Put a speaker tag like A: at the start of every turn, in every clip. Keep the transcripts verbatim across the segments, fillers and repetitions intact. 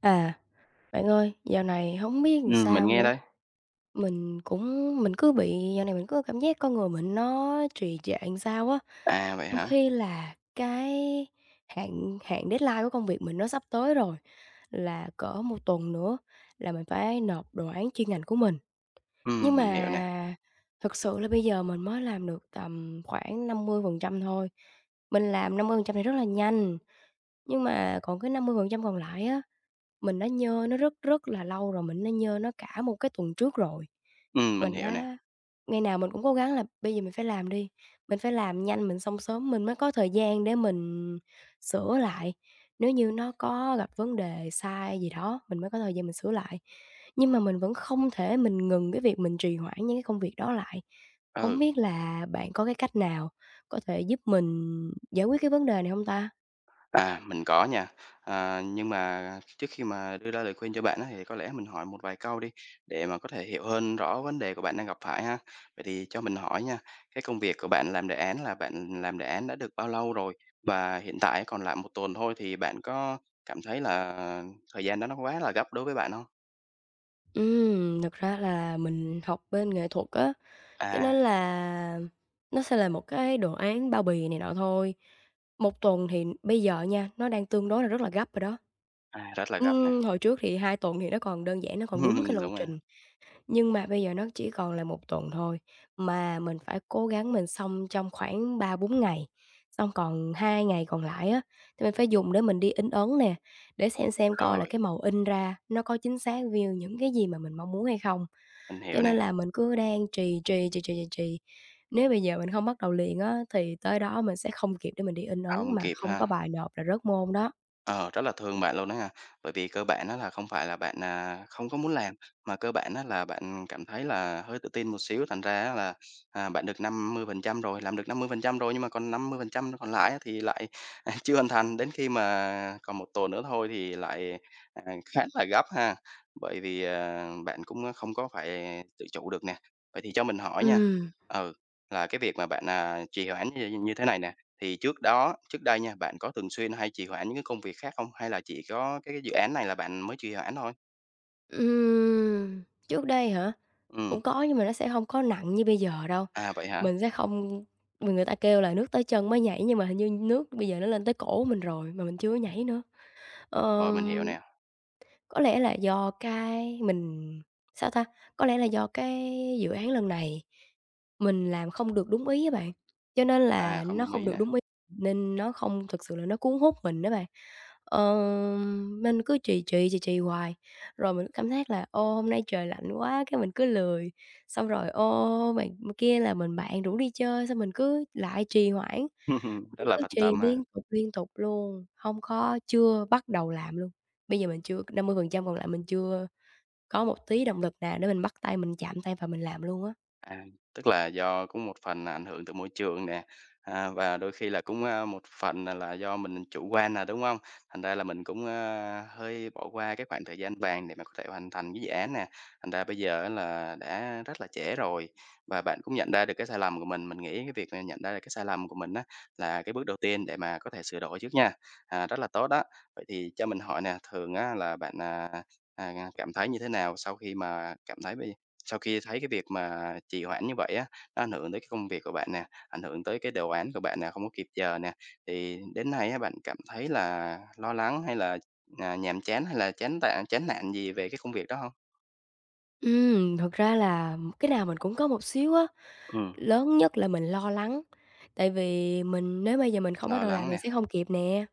A: À, bạn ơi, dạo này không biết làm
B: Ừm, mình
A: sao
B: nghe
A: nữa.
B: đây.
A: Mình cũng mình cứ bị dạo này mình cứ cảm giác con người mình nó trì trệ làm sao á,
B: À, vậy
A: trong
B: hả?
A: khi là cái hạn hạn deadline của công việc mình nó sắp tới rồi, là cỡ một tuần nữa là mình phải nộp đồ án chuyên ngành của mình. Nhưng
B: Ừm, mình hiểu nè.
A: mà thực sự là bây giờ mình mới làm được tầm khoảng năm mươi phần trăm thôi. Mình làm năm mươi phần trăm này rất là nhanh, nhưng mà còn cái năm mươi phần trăm còn lại á mình nó nhơ nó rất rất là lâu rồi, mình nó nhơ nó cả một cái tuần trước rồi.
B: Ừm, mình
A: Mình
B: hiểu nè.
A: đã ngày nào mình cũng cố gắng là "Bây giờ mình phải làm đi, mình phải làm nhanh, mình xong sớm mình mới có thời gian để mình sửa lại. Nếu như nó có gặp vấn đề sai gì đó, mình mới có thời gian mình sửa lại." Nhưng mà mình vẫn không thể mình ngừng cái việc mình trì hoãn những cái công việc đó lại. Không
B: Ừ,
A: biết là bạn có cái cách nào có thể giúp mình giải quyết cái vấn đề này không ta?
B: à, mình có nha. À, nhưng mà trước khi mà đưa ra lời khuyên cho bạn á, thì có lẽ mình hỏi một vài câu đi, để mà có thể hiểu hơn rõ vấn đề của bạn đang gặp phải ha. Vậy thì cho mình hỏi nha, cái công việc của bạn làm đề án là bạn làm đề án đã được bao lâu rồi? Và hiện tại còn lại một tuần thôi thì bạn có cảm thấy là thời gian đó nó quá là gấp đối với bạn không?
A: Ừm, thực ra là mình học bên nghệ thuật á, cho
B: À,
A: nên là nó sẽ là một cái đồ án bao bì này nọ thôi. Một tuần thì bây giờ nha, nó đang tương đối là rất là gấp rồi đó.
B: à, rất là gấp nè.
A: Ừm, hồi trước thì hai tuần thì nó còn đơn giản, nó còn đúng cái lộ
B: Đúng rồi,
A: trình. Nhưng mà bây giờ nó chỉ còn là một tuần thôi, mà mình phải cố gắng mình xong trong khoảng ba bốn ngày, xong còn hai ngày còn lại á, thì mình phải dùng để mình đi in ấn nè, để xem xem coi là
B: rồi,
A: cái màu in ra nó có chính xác view những cái gì mà mình mong muốn hay không.
B: mình
A: Cho
B: hiểu
A: nên
B: nè,
A: là mình cứ đang trì, trì, trì, trì, trì, trì. Nếu bây giờ mình không bắt đầu liền á, thì tới đó mình sẽ không kịp để mình đi in ấn
B: không
A: mà
B: kịp
A: không có
B: ha.
A: bài nộp là rớt môn đó.
B: Ờ, rất là thương bạn luôn đó nha. Bởi vì cơ bản á là không phải là bạn, à, không có muốn làm, mà cơ bản á là bạn cảm thấy là hơi tự tin một xíu, thành ra á là, à, bạn được năm mươi phần trăm rồi, làm được năm mươi phần trăm rồi, nhưng mà còn năm mươi phần trăm còn lại á thì lại, chưa hoàn thành. Đến khi mà còn một tuần nữa thôi thì lại, à, khá là gấp ha, bởi vì, à, bạn cũng không có phải tự chủ được nè. Vậy thì cho mình hỏi nha,
A: Ừm,
B: ừ, là cái việc mà bạn, à, trì hoãn như như thế này nè thì trước đó trước đây nha, bạn có thường xuyên hay trì hoãn những cái công việc khác không? Hay là chỉ có cái cái dự án này là bạn mới trì hoãn thôi?
A: ừm. Trước đây hả?
B: Ừ,
A: Cũng có nhưng mà nó sẽ hông có nặng như bây giờ đâu.
B: à, vậy hả?
A: Mình sẽ không vì người ta kêu là nước tới chân mới nhảy, nhưng mà hình như nước bây giờ nó lên tới cổ mình rồi mà mình chưa có nhảy nữa.
B: Rồi, mình
A: Ờm,
B: hiểu nè,
A: có lẽ là do cái mình sao ta? Có lẽ là do cái dự án lần này mình làm không được đúng ý á bạn, cho nên
B: à,
A: là
B: không
A: nó
B: đồng
A: không
B: ý
A: được
B: nè.
A: đúng ý, nên nó không thực sự là nó cuốn hút mình á bạn. Ờm, mình cứ trì trì, trì trì hoài, rồi mình cứ cảm giác là "Ô, hôm nay trời lạnh quá", cái mình cứ lười. Xong rồi, ô, bạn kia là mình bạn rủ đi chơi, xong mình cứ lại trì hoãn,
B: Rất
A: mình
B: là
A: cứ
B: phân
A: trì
B: tâm ha.
A: liên tục, liên tục luôn, hông có chưa bắt đầu làm luôn. Bây giờ mình chưa năm mươi phần trăm còn lại mình chưa có một tí động lực nào để mình bắt tay, mình chạm tay và mình làm luôn á.
B: À, tức là do cũng một phần là ảnh hưởng từ môi trường nè, à, và đôi khi là cũng, a, một phần là là do mình chủ quan nè, đúng không? Thành ra là mình cũng, a, hơi bỏ qua cái khoảng thời gian vàng để mà có thể hoàn thành cái dự án nè, thành ra bây giờ á là đã rất là trễ rồi. Và bạn cũng nhận ra được cái sai lầm của mình, mình nghĩ cái việc là nhận ra được cái sai lầm của mình á là cái bước đầu tiên để mà có thể sửa đổi trước nha, à, rất là tốt đó. Vậy thì cho mình hỏi nè, thường á là bạn, à, à, cảm thấy như thế nào sau khi mà cảm thấy bây sau khi thấy cái việc mà trì hoãn như vậy á, nó ảnh hưởng tới cái công việc của bạn nè, ảnh hưởng tới cái đồ án của bạn nè, không có kịp giờ nè, thì đến nay á, bạn cảm thấy là lo lắng hay là, à, nhàm chán hay là chán tạ chán nản gì về cái công việc đó không?
A: Ừm, thật ra là cái nào mình cũng có một xíu á,
B: Ừ,
A: lớn nhất là mình lo lắng, tại vì mình nếu bây giờ mình không bắt
B: lo
A: đầu làm
B: lắng
A: thì
B: nè,
A: sẽ không kịp nè.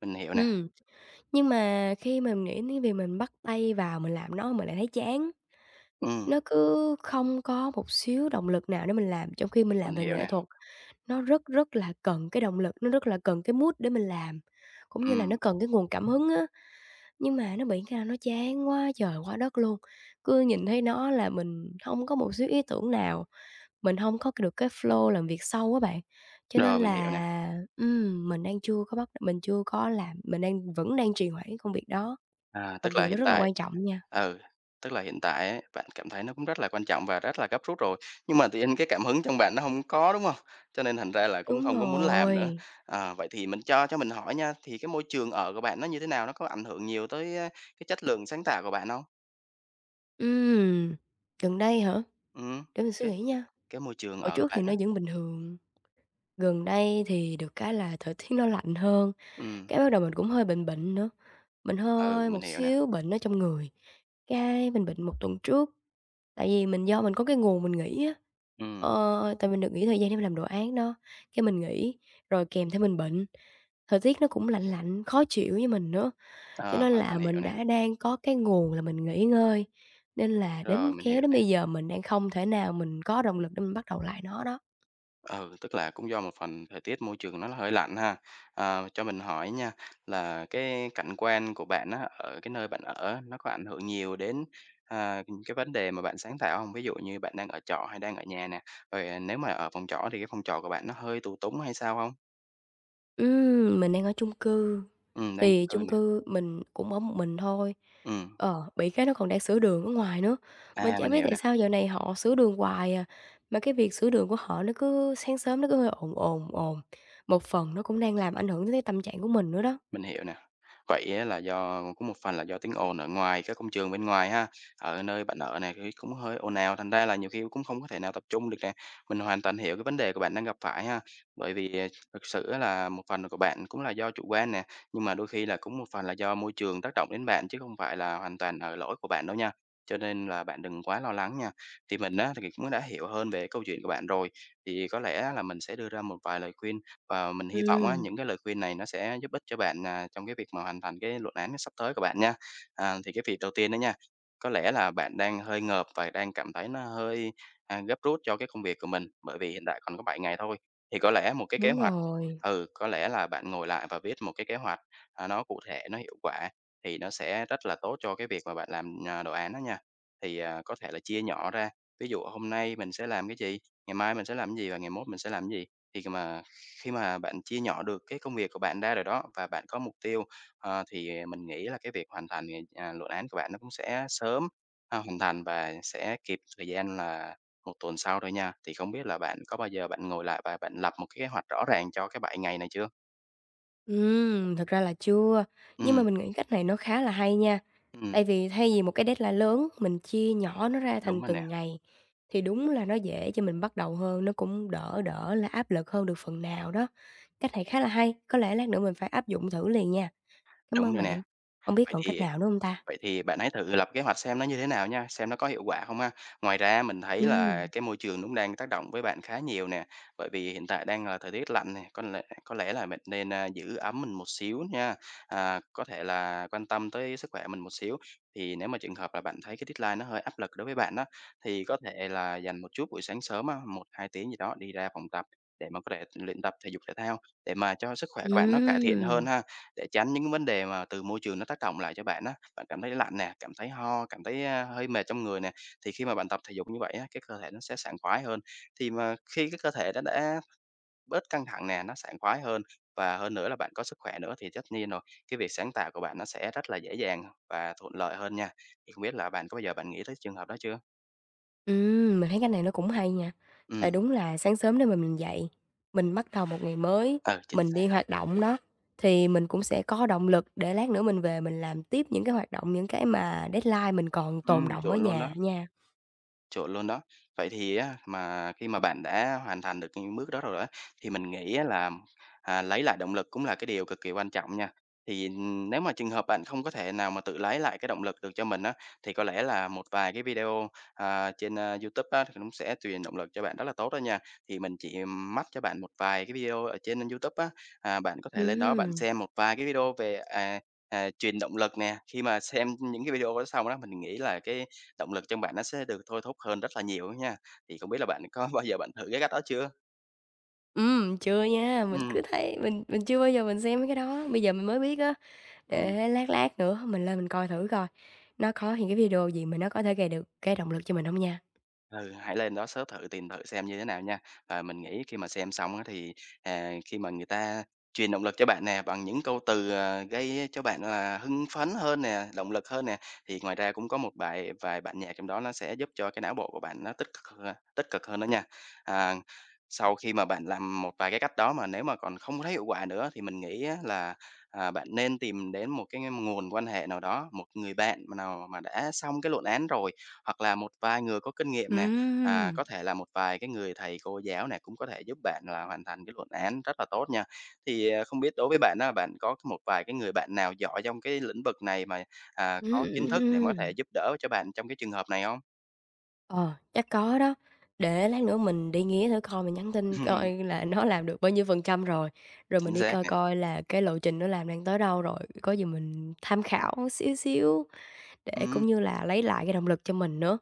B: mình hiểu nè,
A: Ừm, nhưng mà khi mà mình nghĩ đến việc mình bắt tay vào mình làm nó mình lại thấy chán.
B: ừ,
A: Nó cứ không có một xíu động lực nào để mình làm, trong khi mình làm
B: mình
A: về
B: hiểu
A: nghệ
B: nè,
A: thuật, nó rất rất là cần cái động lực, nó rất là cần cái mood để mình làm, cũng như là nó
B: ừ,
A: cần cái nguồn cảm hứng á. Nhưng mà nó bị cái nào nó chán quá trời quá đất luôn, cứ nhìn thấy nó là mình không có một xíu ý tưởng nào, mình không có được cái flow làm việc sâu á bạn. Cho nên
B: rồi, mình hiểu nè.
A: là, ừm, mình đang chưa có bắt mình chưa có làm, mình đang vẫn đang trì hoãn công việc đó,
B: À,
A: mặc
B: tức là
A: dù nó
B: hiện
A: rất là
B: tại.
A: quan trọng nha.
B: Ừ, tức là hiện tại ấy, bạn cảm thấy nó cũng rất là quan trọng và rất là gấp rút rồi, nhưng mà tự nhiên cái cảm hứng trong bạn nó không có, đúng không? Cho nên thành ra là cũng
A: Đúng
B: không có muốn làm nữa.
A: rồi.
B: Ờ, vậy thì mình cho cho mình hỏi nha, thì cái môi trường ở của bạn nó như thế nào? Nó có ảnh hưởng nhiều tới, a, cái chất lượng sáng tạo của bạn không?
A: Ừm, Gần đây hả?
B: Ừm,
A: Để mình suy
B: cái
A: nghĩ nha.
B: cái môi trường
A: Hồi
B: ở của
A: trước thì
B: bạn
A: nó
B: á.
A: vẫn bình thường, gần đây thì được cái là thời tiết nó lạnh hơn,
B: Ừm,
A: cái bắt đầu mình cũng hơi bệnh bệnh nữa, mình
B: ừ,
A: hơi
B: mình
A: một
B: hiểu nè.
A: xíu bệnh ở trong người. Cái mình bệnh một tuần trước, tại vì mình do mình có cái nguồn mình nghỉ á,
B: Ừm,
A: ờ, tại mình được nghỉ thời gian để mình làm đồ án đó, cái mình nghỉ, rồi kèm theo mình bệnh. Thời tiết nó cũng lạnh lạnh, khó chịu với mình nữa. Cho
B: ờ,
A: nên
B: hoàn toàn
A: là
B: hiểu
A: mình
B: nè,
A: đã đang có cái nguồn là mình nghỉ ngơi, nên là
B: rồi,
A: đến
B: mình
A: kéo
B: hiểu.
A: đến bây giờ mình đang không thể nào mình có động lực để mình bắt đầu lại nó đó.
B: Ừ, tức là cũng do một phần thời tiết môi trường nó hơi lạnh ha. À, cho mình hỏi nha, là cái cảnh quan của bạn á, ở cái nơi bạn ở nó có ảnh hưởng nhiều đến, à, cái vấn đề mà bạn sáng tạo không? Ví dụ như bạn đang ở trọ hay đang ở nhà nè, rồi à, nếu mà ở phòng trọ thì cái phòng trọ của bạn nó hơi tù túng hay sao không?
A: Ừm, mình đang ở chung cư,
B: Ừ, đang chung
A: thì
B: cư
A: chung
B: nè.
A: cư mình cũng ở một mình thôi,
B: Ừ,
A: ờ, bị cái nó còn đang sửa đường ở ngoài nữa. Mình
B: à,
A: chả
B: mình
A: biết
B: hiểu
A: tại
B: nè.
A: sao giờ này họ sửa đường hoài à, mà cái việc sửa đường của họ nó cứ sáng sớm nó cứ hơi ồn ồn, ồn, một phần nó cũng đang làm ảnh hưởng tới cái tâm trạng của mình nữa đó.
B: Mình hiểu nè. Vậy á là do có một phần là do tiếng ồn ở ngoài các công trường bên ngoài ha, ở nơi bạn ở này thì cũng hơi ồn ào, thành ra là nhiều khi cũng không có thể nào tập trung được nè. Mình hoàn toàn hiểu cái vấn đề của bạn đang gặp phải ha, bởi vì, à, thực sự á là một phần của bạn cũng là do chủ quan nè, nhưng mà đôi khi là cũng một phần là do môi trường tác động đến bạn chứ không phải là hoàn toàn là lỗi của bạn đâu nha. Cho nên là bạn đừng quá lo lắng nha. Thì mình á thì cũng đã hiểu hơn về câu chuyện của bạn rồi, thì có lẽ là mình sẽ đưa ra một vài lời khuyên và mình hy vọng á,
A: Ừm,
B: những cái lời khuyên này nó sẽ giúp ích cho bạn, à, trong cái việc mà hoàn thành cái luận án sắp tới của bạn nha. À, thì cái việc đầu tiên đó nha, có lẽ là bạn đang hơi ngợp và đang cảm thấy nó hơi, à, gấp rút cho cái công việc của mình, bởi vì hiện tại còn có bảy ngày thôi. Thì có lẽ một cái kế
A: đúng
B: hoạch,
A: rồi.
B: ừ, có lẽ là bạn ngồi lại và viết một cái kế hoạch, à, nó cụ thể, nó hiệu quả thì nó sẽ rất là tốt cho cái việc mà bạn làm, à, đồ án đó nha. Thì, à, có thể là chia nhỏ ra, ví dụ hôm nay mình sẽ làm cái gì, ngày mai mình sẽ làm cái gì và ngày mốt mình sẽ làm cái gì. Thì mà khi mà bạn chia nhỏ được cái công việc của bạn ra rồi đó và bạn có mục tiêu, ờ, thì mình nghĩ là cái việc hoàn thành, thì, à, luận án của bạn nó cũng sẽ sớm, a, hoàn thành và sẽ kịp thời gian là một tuần sau thôi nha. Thì không biết là bạn có bao giờ bạn ngồi lại và bạn lập một cái kế hoạch rõ ràng cho cái bảy ngày này chưa?
A: Ừm, thực ra là chưa, nhưng mà
B: Ừ,
A: mình nghĩ cách này nó khá là hay nha.
B: ừm,
A: Tại vì thay vì một cái deadline lớn, mình chia nhỏ nó ra
B: đúng
A: thành
B: rồi nè,
A: từng ngày, thì đúng là nó dễ cho mình bắt đầu hơn, nó cũng đỡ đỡ là áp lực hơn được phần nào đó. Cách này khá là hay, có lẽ lát nữa mình phải áp dụng thử liền nha. Cảm
B: đúng
A: ơn
B: rồi nè.
A: bạn. Không biết
B: Vậy
A: còn cách
B: thì
A: nào nữa không ta?
B: Vậy thì bạn hãy thử lập kế hoạch xem nó như thế nào nha, xem nó có hiệu quả không ha. Ngoài ra mình thấy là
A: Ừm,
B: cái môi trường nó cũng đang tác động với bạn khá nhiều nè, bởi vì hiện tại đang là thời tiết lạnh nè, có lẽ có lẽ là mình nên, a, giữ ấm mình một xíu nha, à, có thể là quan tâm tới sức khỏe mình một xíu. Thì nếu mà trường hợp là bạn thấy cái deadline nó hơi áp lực đối với bạn đó, thì có thể là dành một chút buổi sáng sớm á, một hai tiếng gì đó đi ra phòng tập để mà có thể luyện tập thể dục thể thao, để mà cho sức khỏe của bạn nó cải thiện
A: ừm.
B: hơn ha. Để tránh những cái vấn đề mà từ môi trường nó tác động lại cho bạn á, bạn cảm thấy lạnh nè, cảm thấy ho, cảm thấy, a, hơi mệt trong người nè, thì khi mà bạn tập thể dục như vậy á, cái cơ thể nó sẽ sảng khoái hơn. Thì mà khi cái cơ thể đã đã bớt căng thẳng nè, nó sảng khoái hơn và hơn nữa là bạn có sức khỏe nữa thì tất nhiên rồi, cái việc sáng tạo của bạn nó sẽ rất là dễ dàng và thuận lợi hơn nha. Thì không biết là bạn có bao giờ bạn nghĩ tới trường hợp đó chưa?
A: Ừm, mình thấy cái này nó cũng hay nha. Tại
B: Ừ,
A: đúng là sáng sớm nếu mà mình dậy, mình bắt đầu một ngày mới,
B: ờ, chính
A: mình
B: xác.
A: đi hoạt động đó, thì mình cũng sẽ có động lực để lát nữa mình về mình làm tiếp những cái hoạt động, những cái mà deadline mình còn tồn
B: Ừm,
A: đọng ở
B: chuẩn luôn
A: nhà
B: đó.
A: nha.
B: Chuẩn luôn đó. Vậy thì á, mà khi mà bạn đã hoàn thành được những bước đó rồi á, thì mình nghĩ á là, à, lấy lại động lực cũng là cái điều cực kỳ quan trọng nha. Thì, nếu mà trường hợp bạn không có thể nào mà tự lấy lại cái động lực được cho mình á, thì có lẽ là một vài cái video, à, trên, a, YouTube á, thì nó cũng sẽ truyền động lực cho bạn rất là tốt đó nha. Thì mình chỉ mách cho bạn một vài cái video ở trên YouTube á, à, bạn có thể lên đó bạn
A: Ừm,
B: xem một vài cái video về, à, à, truyền động lực nè. Khi mà xem những cái video đó xong đó, mình nghĩ là cái động lực trong bạn nó sẽ được thôi thúc hơn rất là nhiều nha. Thì không biết là bạn có bao giờ bạn thử cái cách đó chưa?
A: ừm, chưa nha, mình cứ
B: Ừm,
A: thấy mình mình chưa bao giờ mình xem mấy cái đó, bây giờ mình mới biết á,
B: ừm.
A: để lát lát nữa mình lên mình coi thử coi nó có những cái video gì mà nó có thể gây được cái động lực cho mình không nha.
B: Ừ, hãy lên đó search thử, tìm thử xem như thế nào nha. Và mình nghĩ khi mà xem xong á thì, à, khi mà người ta truyền động lực cho bạn nè, bằng những câu từ, ờ, gây cho bạn là hưng phấn hơn nè, động lực hơn nè, thì ngoài ra cũng có một bài vài bản nhạc trong đó nó sẽ giúp cho cái não bộ của bạn nó tích cực h tích cực hơn đó nha. À, sau khi mà bạn làm một vài cái cách đó mà nếu mà còn không thấy hiệu quả nữa thì mình nghĩ á là, à, bạn nên tìm đến một cái nguồn quan hệ nào đó, một người bạn mà nào mà đã xong cái luận án rồi hoặc là một vài người có kinh nghiệm nè, à,
A: Ừm.
B: có thể là một vài cái người thầy cô giáo nè, cũng có thể giúp bạn là hoàn thành cái luận án rất là tốt nha. Thì, à, không biết đối với bạn đó bạn có một vài cái người bạn nào giỏi trong cái lĩnh vực này mà, à,
A: Ừm,
B: có kiến
A: ừm,
B: thức để có thể
A: ừm.
B: giúp đỡ cho bạn trong cái trường hợp này không?
A: Ờ, chắc có đó. Để lát nữa mình đi nghía thử coi, mình nhắn tin coi là nó làm được bao nhiêu phần trăm rồi, rồi mình
B: Chính
A: đi
B: xác
A: coi
B: nè,
A: coi là cái lộ trình nó làm đang tới đâu rồi, có gì mình tham khảo xíu xíu để
B: ừm.
A: cũng như là lấy lại cái động lực cho mình nữa.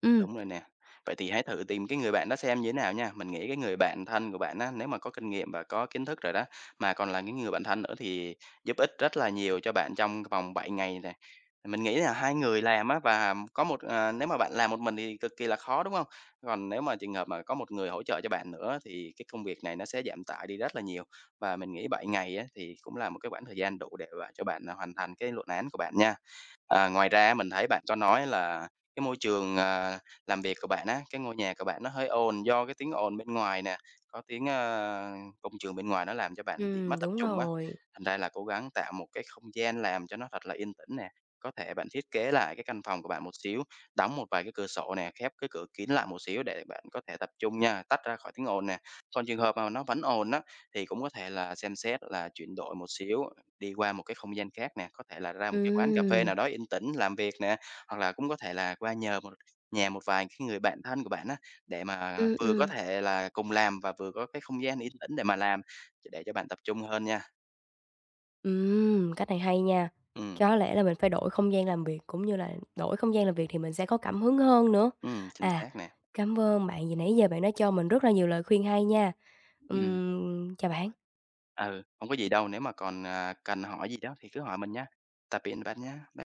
A: Ừm,
B: Đúng rồi nè. Vậy thì hãy thử tìm cái người bạn đó xem như thế nào nha. Mình nghĩ cái người bạn thân của bạn á, nếu mà có kinh nghiệm và có kiến thức rồi đó, mà còn là cái người bạn thân nữa thì giúp ích rất là nhiều cho bạn trong vòng bảy ngày này. Mình nghĩ là hai người làm á và có một à, nếu mà bạn làm một mình thì cực kỳ là khó, đúng không? Còn nếu mà trường hợp mà có một người hỗ trợ cho bạn nữa thì cái công việc này nó sẽ giảm tải đi rất là nhiều. Và mình nghĩ bảy ngày á, thì cũng là một cái khoảng thời gian đủ để mà cho bạn, à, hoàn thành cái luận án của bạn nha. Ờ, ngoài ra mình thấy bạn có nói là cái môi trường, à, làm việc của bạn á, cái ngôi nhà của bạn nó hơi ồn do cái tiếng ồn bên ngoài nè, có tiếng, ơ, công trường bên ngoài nó làm cho bạn bị mất
A: ừm,
B: tập
A: đúng
B: trung á.
A: rồi.
B: Thành ra là cố gắng tạo một cái không gian làm cho nó thật là yên tĩnh nè, có thể bạn thiết kế lại cái căn phòng của bạn một xíu, đóng một vài cái cửa sổ nè, khép cái cửa kín lại một xíu để bạn có thể tập trung nha, tách ra khỏi tiếng ồn nè. Còn trường hợp mà nó vẫn ồn á, thì cũng có thể là xem xét là chuyển đổi một xíu đi qua một cái không gian khác nè, có thể là ra một cái quán cà phê
A: Ừm,
B: nào đó yên tĩnh làm việc nè, hoặc là cũng có thể là qua nhờ một nhà một vài cái người bạn thân của bạn á, để mà
A: ừm,
B: vừa có
A: ừm,
B: thể là cùng làm và vừa có cái không gian yên tĩnh để mà làm, để cho bạn tập trung hơn nha.
A: ừm, cách này hay nha.
B: Ừ,
A: Có lẽ là mình phải đổi không gian làm việc, cũng như là đổi không gian làm việc thì mình sẽ có cảm hứng hơn nữa.
B: ừm, chính
A: À,
B: xác nè.
A: cảm ơn bạn vì nãy giờ bạn đã cho mình rất là nhiều lời khuyên hay nha.
B: Ừm,
A: Ừm, chào bạn.
B: ừ, không có gì đâu, nếu mà còn, à, cần hỏi gì đó thì cứ hỏi mình nha. Tạm biệt bạn nha.